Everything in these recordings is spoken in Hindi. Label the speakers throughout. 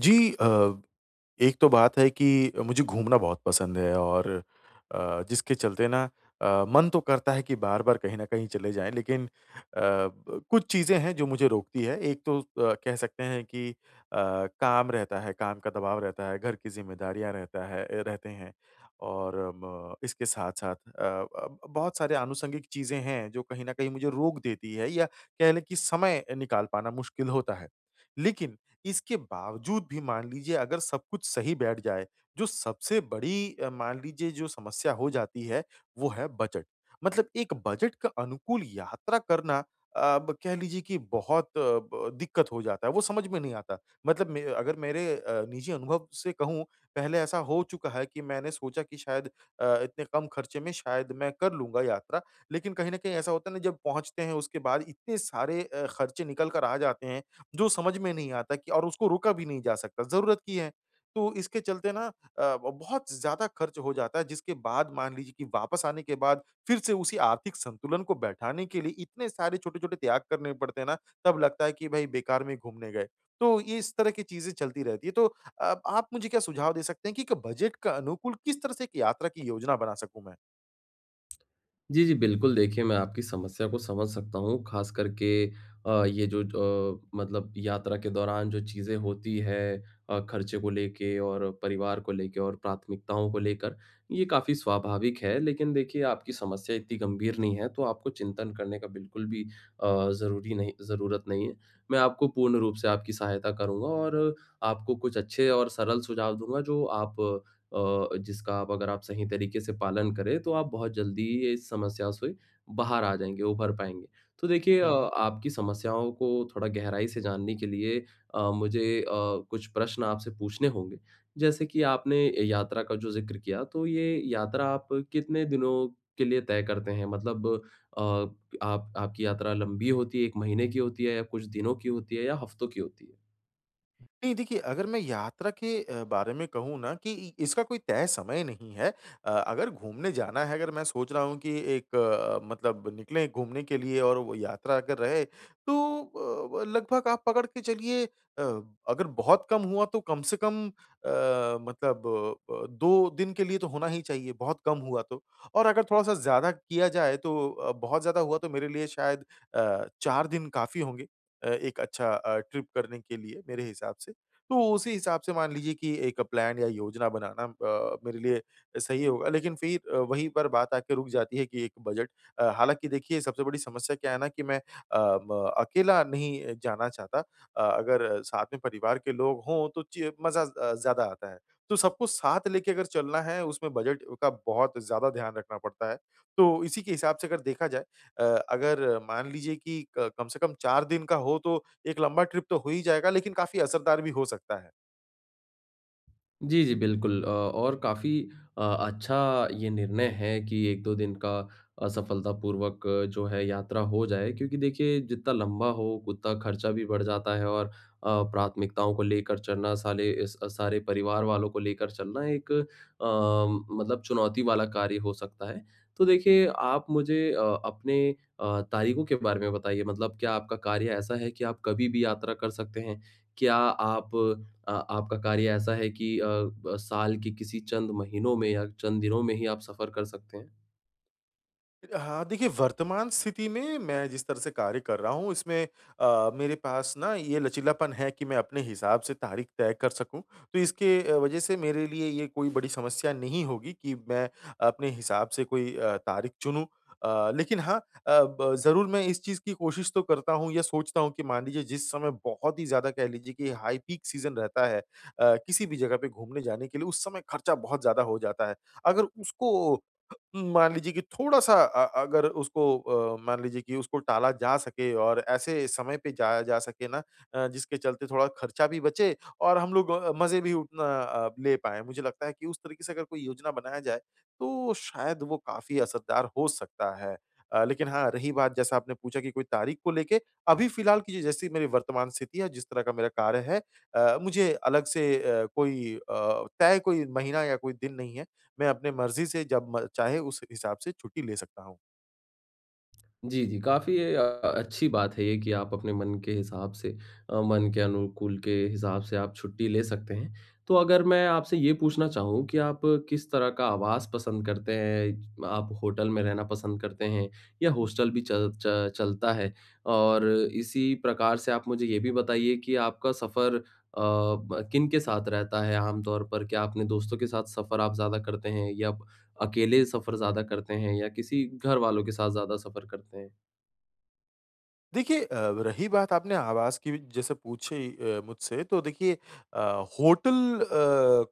Speaker 1: जी एक तो बात है कि मुझे घूमना बहुत पसंद है और जिसके चलते ना मन तो करता है कि बार-बार कहीं न कहीं चले जाएँ लेकिन अ, ब कुछ चीज़ें हैं जो मुझे रोकती है। एक तो कह सकते हैं कि काम रहता है, काम का दबाव रहता है, घर की ज़िम्मेदारियाँ रहते हैं और म इसके साथ-साथ अ, ब बहुत सारे आनुषंगिक चीज़ें हैं जो कहीं न कहीं मुझे रोक देती है या कह लें कि समय निकाल पाना मुश्किल होता है। लेकिन इसके बावजूद भी मान लीजिए अगर सब कुछ सही बैठ जाए, जो सबसे बड़ी मान लीजिए जो समस्या हो जाती है, वो है बजट। मतलब एक बजट का अनुकूल यात्रा करना अ, ब कह लीजिए कि बहुत अ, ब दिक्कत हो जाता है, वो समझ में नहीं आता। मतलब मे अगर मेरे निजी अनुभव से कहूँ, पहले ऐसा हो चुका है कि मैंने सोचा कि शायद इतने कम खर्चे में शायद मैं कर लूँगा यात्रा, लेकिन कहीं न कहीं ऐसा होता है ना जब पहुँचते हैं उसके बाद इतने सारे खर्चे निकल कर आ जाते हैं जो समझ में नहीं आता कि और उसको रोका भी नहीं जा सकता, ज़रूरत की है। तो इसके चलते ना बहुत ज़्यादा खर्च हो जाता है जिसके बाद मान लीजिए कि वापस आने के बाद फिर से उसी आर्थिक संतुलन को बैठाने के लिए इतने सारे छोटे-छोटे त्याग करने पड़ते हैं ना, तब लगता है कि भई बेकार में घूमने गए। तो ये इस तरह की चीज़ें चलती रहती है। तो आप मुझे क्या सुझाव दे सकते हैं कि एक बजट का अनुकूल किस तरह से एक यात्रा की योजना बना सकूँ मैं?
Speaker 2: जी, जी, बिल्कुल, देखिए, मैं आपकी समस्या को समझ सकता हूँ, ख़ास करके मतलब यात्रा के दौरान जो चीज़ें होती हैं खर्चे को लेके और परिवार को लेके और प्राथमिकताओं को लेकर, ये काफ़ी स्वाभाविक है। लेकिन देखिए, आपकी समस्या इतनी गंभीर नहीं है, तो आपको चिंतन करने का बिल्कुल भी ज़रूरी नहीं ज़रूरत नहीं है। मैं आपको पूर्ण रूप से आपकी सहायता करूँगा और आपको कुछ अच्छे और सरल सुझाव दूँगा, जो आप अ, जिसका आप अगर आप सही तरीके से पालन करें तो आप बहुत जल्दी ये इस समस्या से बाहर आ जाएँगे, उभर पाएँगे। तो देखिए
Speaker 1: हुँ।
Speaker 2: आपकी समस्याओं को थोड़ा गहराई से जानने के लिए मुझे कुछ प्रश्न आपसे पूछने होंगे। जैसे कि आपने यात्रा का जो ज़िक्र किया, तो ये यात्रा आप कितने दिनों के लिए तय करते हैं? मतलब अ, आप आपकी यात्रा लंबी होती है, 1 महीने की होती है या कुछ दिनों की होती है या हफ्तों की होती है?
Speaker 1: नहीं देखिए, अगर मैं यात्रा के बारे में कहूँ ना कि इ इसका कोई तय समय नहीं है। अगर घूमने जाना है, अगर मैं सोच रहा हूँ कि एक मतलब निकलें घूमने के लिए और वो यात्रा अगर रहे, तो अ, व लगभग आप पकड़ के चलिए अगर बहुत कम हुआ तो कम से कम मतलब 2 दिन के लिए तो होना ही चाहिए, बहुत कम हुआ तो। और अगर थोड़ा-सा ज़्यादा किया जाए तो बहुत ज़्यादा हुआ तो मेरे लिए शायद 4 दिन काफ़ी होंगे एक अच्छा ट्रिप करने के लिए मेरे हिसाब से। तो उसी हिसाब से मान लीजिए कि एक प्लान या योजना बनाना मेरे लिए सही होगा। लेकिन फिर वहीं पर बात आके रुक जाती है कि एक बजट हालाँकि देखिए सबसे बड़ी समस्या क्या है ना कि मैं अ, म अकेला नहीं जाना चाहता। अगर साथ में परिवार के लोग हों तो च मज़ा ज़्यादा आता है। तो सबको साथ लेके अगर चलना है उसमें बजट का बहुत ज़्यादा ध्यान रखना पड़ता है। तो इसी के हिसाब से अगर देखा जाए अ, अगर मान लीजिए कि क कम से कम 4 दिन का हो तो एक लंबा ट्रिप तो हो ही जाएगा लेकिन काफ़ी असरदार भी हो सकता है।
Speaker 2: जी, जी, बिल्कुल और काफ़ी अच्छा ये निर्णय है कि 1-2 दिन का सफलतापूर्वक जो है यात्रा हो जाए क्योंकि देखिए जितना लंबा हो उतना खर्चा भी बढ़ जाता है और प्राथमिकताओं को लेकर चलना साले इस सारे परिवार वालों को लेकर चलना एक मतलब चुनौती वाला कार्य हो सकता है। तो देखिए आप मुझे अपने तारीखों के बारे में बताइए मतलब क्या आपका कार्य ऐसा है कि आप कभी भी यात्रा कर सकते हैं? क्या आप आपका कार्य ऐसा है कि अ, ब साल के किसी चंद महीनों में या चंद दिनों में ही आप सफ़र कर सकते हैं।
Speaker 1: हाँ, देखिए वर्तमान स्थिति में मैं जिस तरह से कार्य कर रहा हूँ इसमें मेरे पास ना ये लचीलापन है कि मैं अपने हिसाब से तारीख तय कर सकूँ। तो इसके वजह से मेरे लिए ये कोई बड़ी समस्या नहीं होगी कि मैं अपने हिसाब से कोई तारीख चुनूँ। लेकिन हाँ, अ, ब ज़रूर मैं इस चीज़ की कोशिश तो करता हूँ या सोचता हूँ कि मान लीजिए जिस समय बहुत ही ज़्यादा कह लीजिए कि हाई पीक सीज़न रहता है किसी भी जगह पे घूमने जाने के लिए उस समय खर्चा बहुत ज़्यादा हो जाता है। अगर उसको मान लीजिए कि थोड़ा-सा अगर उसको मान लीजिए कि उसको टाला जा सके और ऐसे समय पे जाया जा सके ना जिसके चलते थोड़ा खर्चा भी बचे और हम लोग मज़े भी उतना ले पाएँ। मुझे लगता है कि उस तरीके से अगर कोई योजना बनाया जाए, तो शायद वो काफ़ी असरदार हो सकता है। लेकिन हाँ, रही बात जैसा आपने पूछा कि कोई तारीख को लेके, अभी फ़िलहाल की जैसी मेरी वर्तमान स्थिति है, जिस तरह का मेरा कार्य है मुझे अलग से कोई तय कोई महीना या कोई दिन नहीं है। मैं अपने मर्ज़ी से जब म चाहे उस हिसाब से छुट्टी ले सकता हूँ।
Speaker 2: जी, जी, काफ़ी अच्छी बात है ये कि आप अपने मन के हिसाब से मन के अनुकूल के हिसाब से आप छुट्टी ले सकते हैं। तो अगर मैं आपसे ये पूछना चाहूँ कि आप किस तरह का आवास पसंद करते हैं? आप होटल में रहना पसंद करते हैं या हॉस्टल भी चल च चलता है? और इसी प्रकार से आप मुझे ये भी बताइए कि आपका सफ़र अ, ब किनके साथ रहता है आम तौर पर? क्या अपने दोस्तों के साथ सफ़र आप ज़्यादा करते हैं या अकेले सफ़र ज़्यादा करते हैं या किसी घरवालों के साथ ज़्यादा सफ़र करते हैं।
Speaker 1: देखिए रही बात आपने आवाज़ की जैसे पूछी मुझसे तो देखिए अ, होटल अ,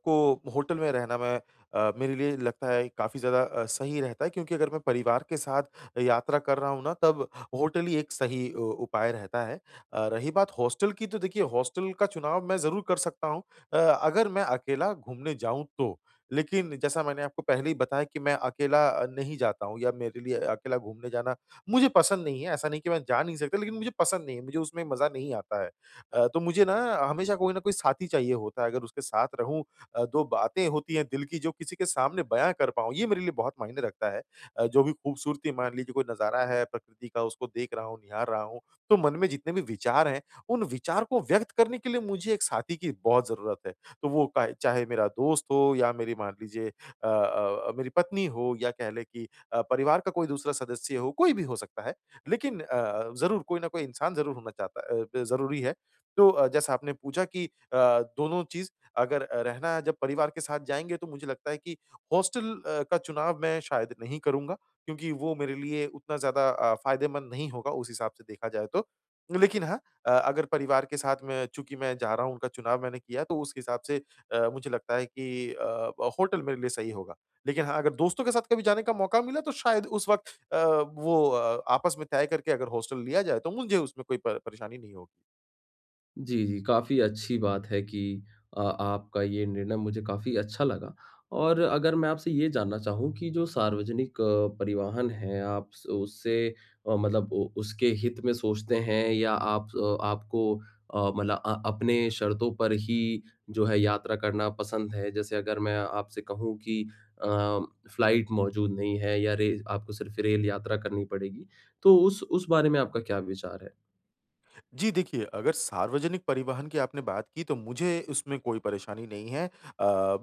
Speaker 1: को होटल में रहना मैं मेरे लिए लगता है काफ़ी ज़्यादा सही रहता है क्योंकि अगर मैं परिवार के साथ यात्रा कर रहा हूँ ना तब होटल ही एक सही उपाय रहता है। रही बात हॉस्टल की तो देखिए हॉस्टल का चुनाव मैं ज़रूर कर सकता हूँ अगर मैं अकेला घूमने जाऊँ तो। लेकिन जैसा मैंने आपको पहले ही बताया कि मैं अकेला नहीं जाता हूँ या मेरे लिए अकेला घूमने जाना मुझे पसंद नहीं है, ऐसा नहीं कि मैं जा नहीं सकता लेकिन मुझे पसंद नहीं है, मुझे उसमें मज़ा नहीं आता है। तो मुझे ना हमेशा कोई ना कोई साथी चाहिए होता है, अगर उसके साथ रहूँ 2 बातें होती हैं दिल की जो किसी के सामने बयाँ कर पाऊँ, ये मेरे लिए बहुत मायने रखता है। जो भी खूबसूरती मान लीजिए कोई नज़ारा है प्रकृति का उसको देख रहा हूँ, निहार रहा हूँ, तो मन में जितने भी विचार हैं, उन विचार को व्यक्त करने के लिए मुझे एक साथी की बहुत ज़रूरत है। तो वो काहे चाहे मेरा दोस्त हो या मेरी मान लीजिए मेरी पत्नी हो या कह लें कि परिवार का कोई दूसरा सदस्य हो, कोई भी हो सकता है। लेकिन ज़रूर कोई न कोई इंसान ज़रूर होना चाहता अ, ब ज़रूरी है। तो जैसा आपने पूछा कि दोनों चीज़ अगर रहना है जब परिवार के साथ जाएँगे तो मुझे लगता है कि हॉस्टल का चुनाव मैं शायद नहीं करूँगा, क्योंकि वो मेरे लिए उतना ज़्यादा फ़ायदेमंद नहीं होगा उस हिसाब से देखा जाए तो। लेकिन हाँ, अगर परिवार के साथ मैं चूँकि मैं जा रहा हूँ, उनका चुनाव मैंने किया तो उस हिसाब से मुझे लगता है कि होटल मेरे लिए सही होगा। लेकिन हाँ, अगर दोस्तों के साथ कभी जाने का मौका मिला तो शायद उस वक़्त अ, वो आपस में तय करके अगर हॉस्टल लिया जाए तो मुझे उसमें कोई प परेशानी नहीं होगी।
Speaker 2: जी, जी, काफ़ी अच्छी बात है कि आपका ये निर्णय मुझे काफ़ी अच्छा लगा और अगर मैं आपसे ये जानना चाहूँ कि जो सार्वजनिक परिवहन है, आप स उससे मतलब उ उसके हित में सोचते हैं या आपको अपने शर्तों पर ही जो है यात्रा करना पसंद है? जैसे अगर मैं आपसे कहूँ कि अ, फ्लाइट मौजूद नहीं है या रे आपको सिर्फ़ रेल यात्रा करनी पड़ेगी, तो उस बारे में आपका क्या विचार है?
Speaker 1: जी, देखिए, अगर सार्वजनिक परिवहन की आपने बात की तो मुझे उसमें कोई परेशानी नहीं है।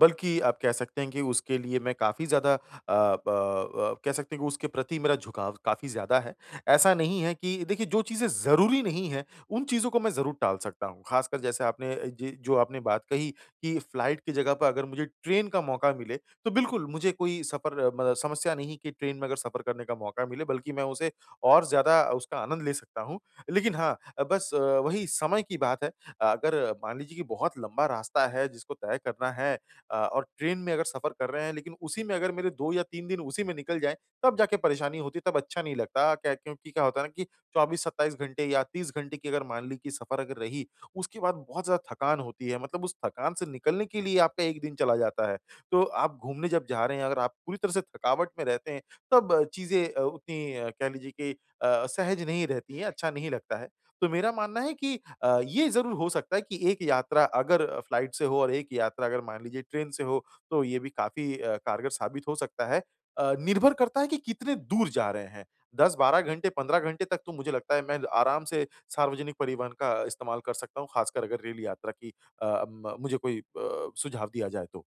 Speaker 1: बल्कि आप कह सकते हैं कि उसके लिए मैं काफ़ी ज़्यादा कह सकते हैं कि उसके प्रति मेरा झुकाव काफ़ी ज़्यादा है। ऐसा नहीं है कि देखिए जो चीज़ें ज़रूरी नहीं हैं, उन चीज़ों को मैं ज़रूर टाल सकता हूँ। ख़ासकर जैसे आपने जी जो आपने बात कही कि फ्लाइट की जगह पर अगर मुझे ट्रेन का मौका मिले, तो बिल्कुल मुझे कोई सफ़र मतलब समस्या नहीं कि ट्रेन में अगर सफ़र करने का मौका मिले बल्कि मैं उसे और ज़्यादा उसका आनंद ले सकता हूँ। लेकिन हाँ, बस वही समय की बात है। अगर मान लीजिए कि बहुत लंबा रास्ता है जिसको तय करना है और ट्रेन में अगर सफ़र कर रहे हैं लेकिन उसी में अगर मेरे 2 या 3 दिन उसी में निकल जाएँ, तब जाके परेशानी होती है, तब अच्छा नहीं लगता। क्या क्योंकि क्या होता है ना कि 24-27 घंटे या 30 घंटे की अगर मान ली कि सफ़र अगर रही, उसके बाद बहुत ज़्यादा थकान होती है। मतलब उस थकान से निकलने के लिए आपका 1 दिन चला जाता है। तो आप घूमने जब जा रहे हैं, अगर आप पूरी तरह से थकावट में रहते हैं, तब चीज़ें उतनी कह लीजिए कि सहज नहीं रहती है, अच्छा नहीं लगता है। तो मेरा मानना है कि ये ज़रूर हो सकता है कि एक यात्रा अगर फ्लाइट से हो और एक यात्रा अगर मान लीजिए ट्रेन से हो, तो ये भी काफ़ी कारगर साबित हो सकता है। निर्भर करता है कि कितने दूर जा रहे हैं। 10-12 घंटे, 15 घंटे तक तो मुझे लगता है मैं आराम से सार्वजनिक परिवहन का इस्तेमाल कर सकता हूँ, खासकर अगर रेल यात्रा की अ, म मुझे कोई सुझाव दिया जाए तो।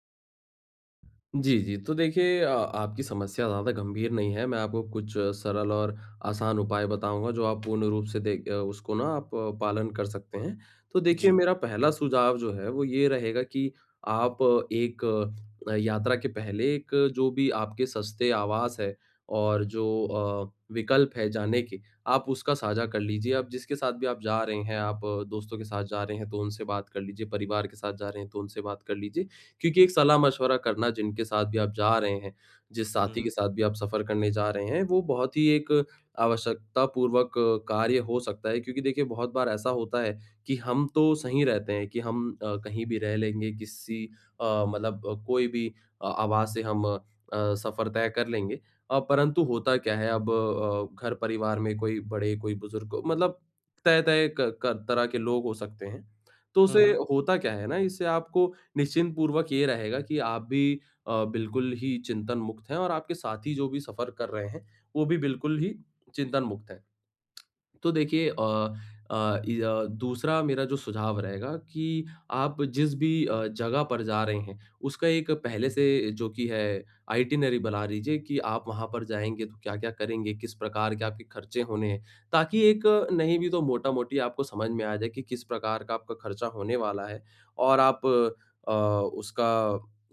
Speaker 2: जी, जी। तो देखिए आपकी समस्या ज़्यादा गंभीर नहीं है, मैं आपको कुछ सरल और आसान उपाय बताऊँगा जो आप पूर्ण रूप से उसको ना आप पालन कर सकते हैं। तो देखिए
Speaker 1: जी।
Speaker 2: मेरा पहला सुझाव जो है वो ये रहेगा कि एक यात्रा के पहले एक जो भी आपके सस्ते आवास है और जो विकल्प है जाने के, आप उसका साझा कर लीजिए। आप जिसके साथ भी आप जा रहे हैं, आप दोस्तों के साथ जा रहे हैं तो उनसे बात कर लीजिए, परिवार के साथ जा रहे हैं तो उनसे बात कर लीजिए। क्योंकि एक सलाह-मशवरा करना जिनके साथ भी आप जा रहे हैं, जिस
Speaker 1: हुँ,
Speaker 2: साथी
Speaker 1: हुँ।
Speaker 2: के साथ भी आप सफ़र करने जा रहे हैं, वो बहुत ही एक आवश्यकतापूर्वक कार्य हो सकता है क्योंकि देखिए बहुत बार ऐसा होता है कि हम तो सही रहते हैं कि हम कहीं भी रह लेंगे, किसी कोई भी आवाज़ से हम सफ़र तय कर लेंगे। परंतु होता क्या है अब घर परिवार में कोई बड़े, कोई बुज़ुर्ग मतलब तय-तय क क कर तरह के लोग हो सकते हैं। तो
Speaker 1: हुँ,
Speaker 2: उसे
Speaker 1: हुँ।
Speaker 2: होता क्या है ना, इससे आपको निश्चिंत पूर्वक ये रहेगा कि आप भी बिल्कुल ही चिंतन मुक्त हैं और आपके साथी जो भी सफ़र कर रहे हैं, वो भी बिल्कुल ही चिंतन मुक्त हैं। तो देखिए दूसरा मेरा जो सुझाव रहेगा कि आप जिस भी जगह पर जा रहे हैं, उसका एक पहले से जो कि है आइटिनरी बना लीजिए कि आप वहाँ पर जाएँगे तो क्या-क्या करेंगे, किस प्रकार के आपके खर्चे होने हैं। ताकि एक नहीं भी तो मोटा-मोटी आपको समझ में आ जाए कि किस प्रकार का आपका खर्चा होने वाला है और आप उसका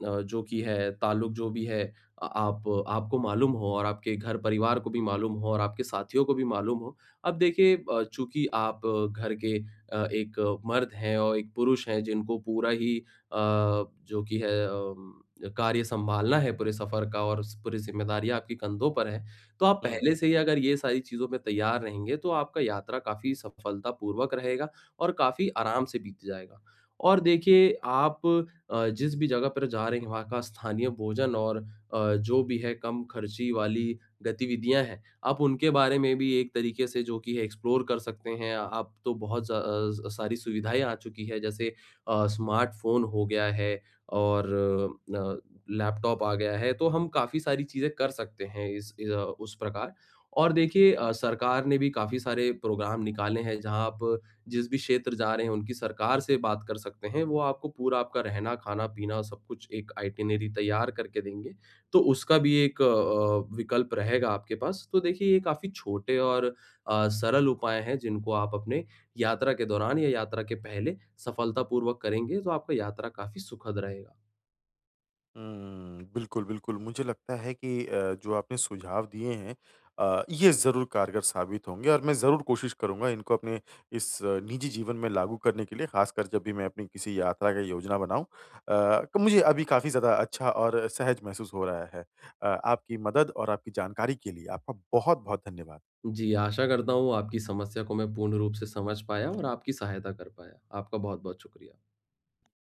Speaker 2: जो कि है ताल्लुक जो भी है आप आपको मालूम हो और आपके घर परिवार को भी मालूम हो और आपके साथियों को भी मालूम हो। अब देखिए चूँकि आप घर के एक मर्द हैं और एक पुरुष हैं जिनको पूरा ही जो कि है कार्य सँभालना है पूरे सफ़र का और स पूरी ज़िम्मेदारियाँ आपके कंधों पर हैं। तो आप
Speaker 1: हुँ।
Speaker 2: पहले से ही अगर ये सारी चीज़ों में तैयार रहेंगे तो आपका यात्रा काफ़ी सफलतापूर्वक रहेगा और काफ़ी आराम से बीत जाएगा। और देखिए आप जिस भी जगह पर जा रहे हैं वहाँ का स्थानीय भोजन और जो भी है कम खर्ची वाली गतिविधियाँ हैं आप उनके बारे में भी एक तरीके से जो कि है एक्सप्लोर कर सकते हैं। अब तो बहुत सारी सुविधाएँ आ चुकी है जैसे स्मार्टफ़ोन हो गया है और अ, लैपटॉप आ गया है, तो हम काफ़ी सारी चीज़ें कर सकते हैं उस प्रकार। और देखिए सरकार ने भी काफ़ी सारे प्रोग्राम निकाले हैं जहाँ आप जिस भी क्षेत्र जा रहे हैं उनकी सरकार से बात कर सकते हैं। वो आपको पूरा आपका रहना, खाना, पीना सब कुछ एक आइटिनरी तैयार करके देंगे। तो उसका भी एक विकल्प रहेगा आपके पास। तो देखिए ये काफ़ी छोटे और सरल उपाय हैं जिनको आप अपने यात्रा के दौरान या यात्रा के पहले सफलतापूर्वक करेंगे तो आपका यात्रा काफ़ी सुखद रहेगा।
Speaker 1: हुँ, बिल्कुल, बिल्कुल। मुझे लगता है कि जो आपने सुझाव दिए हैं ये ज़रूर कारगर साबित होंगे और मैं ज़रूर कोशिश करूँगा इनको अपने इस निजी जीवन में लागू करने के लिए, ख़ासकर जब भी मैं अपनी किसी यात्रा की योजना बनाऊँ। मुझे अभी काफ़ी ज़्यादा अच्छा और सहज महसूस हो रहा है। आपकी मदद और आपकी जानकारी के लिए आपका बहुत-बहुत धन्यवाद।
Speaker 2: जी, आशा करता हूँ आपकी समस्या को मैं पूर्ण रूप से समझ पाया और आपकी सहायता कर पाया। आपका बहुत-बहुत शुक्रिया।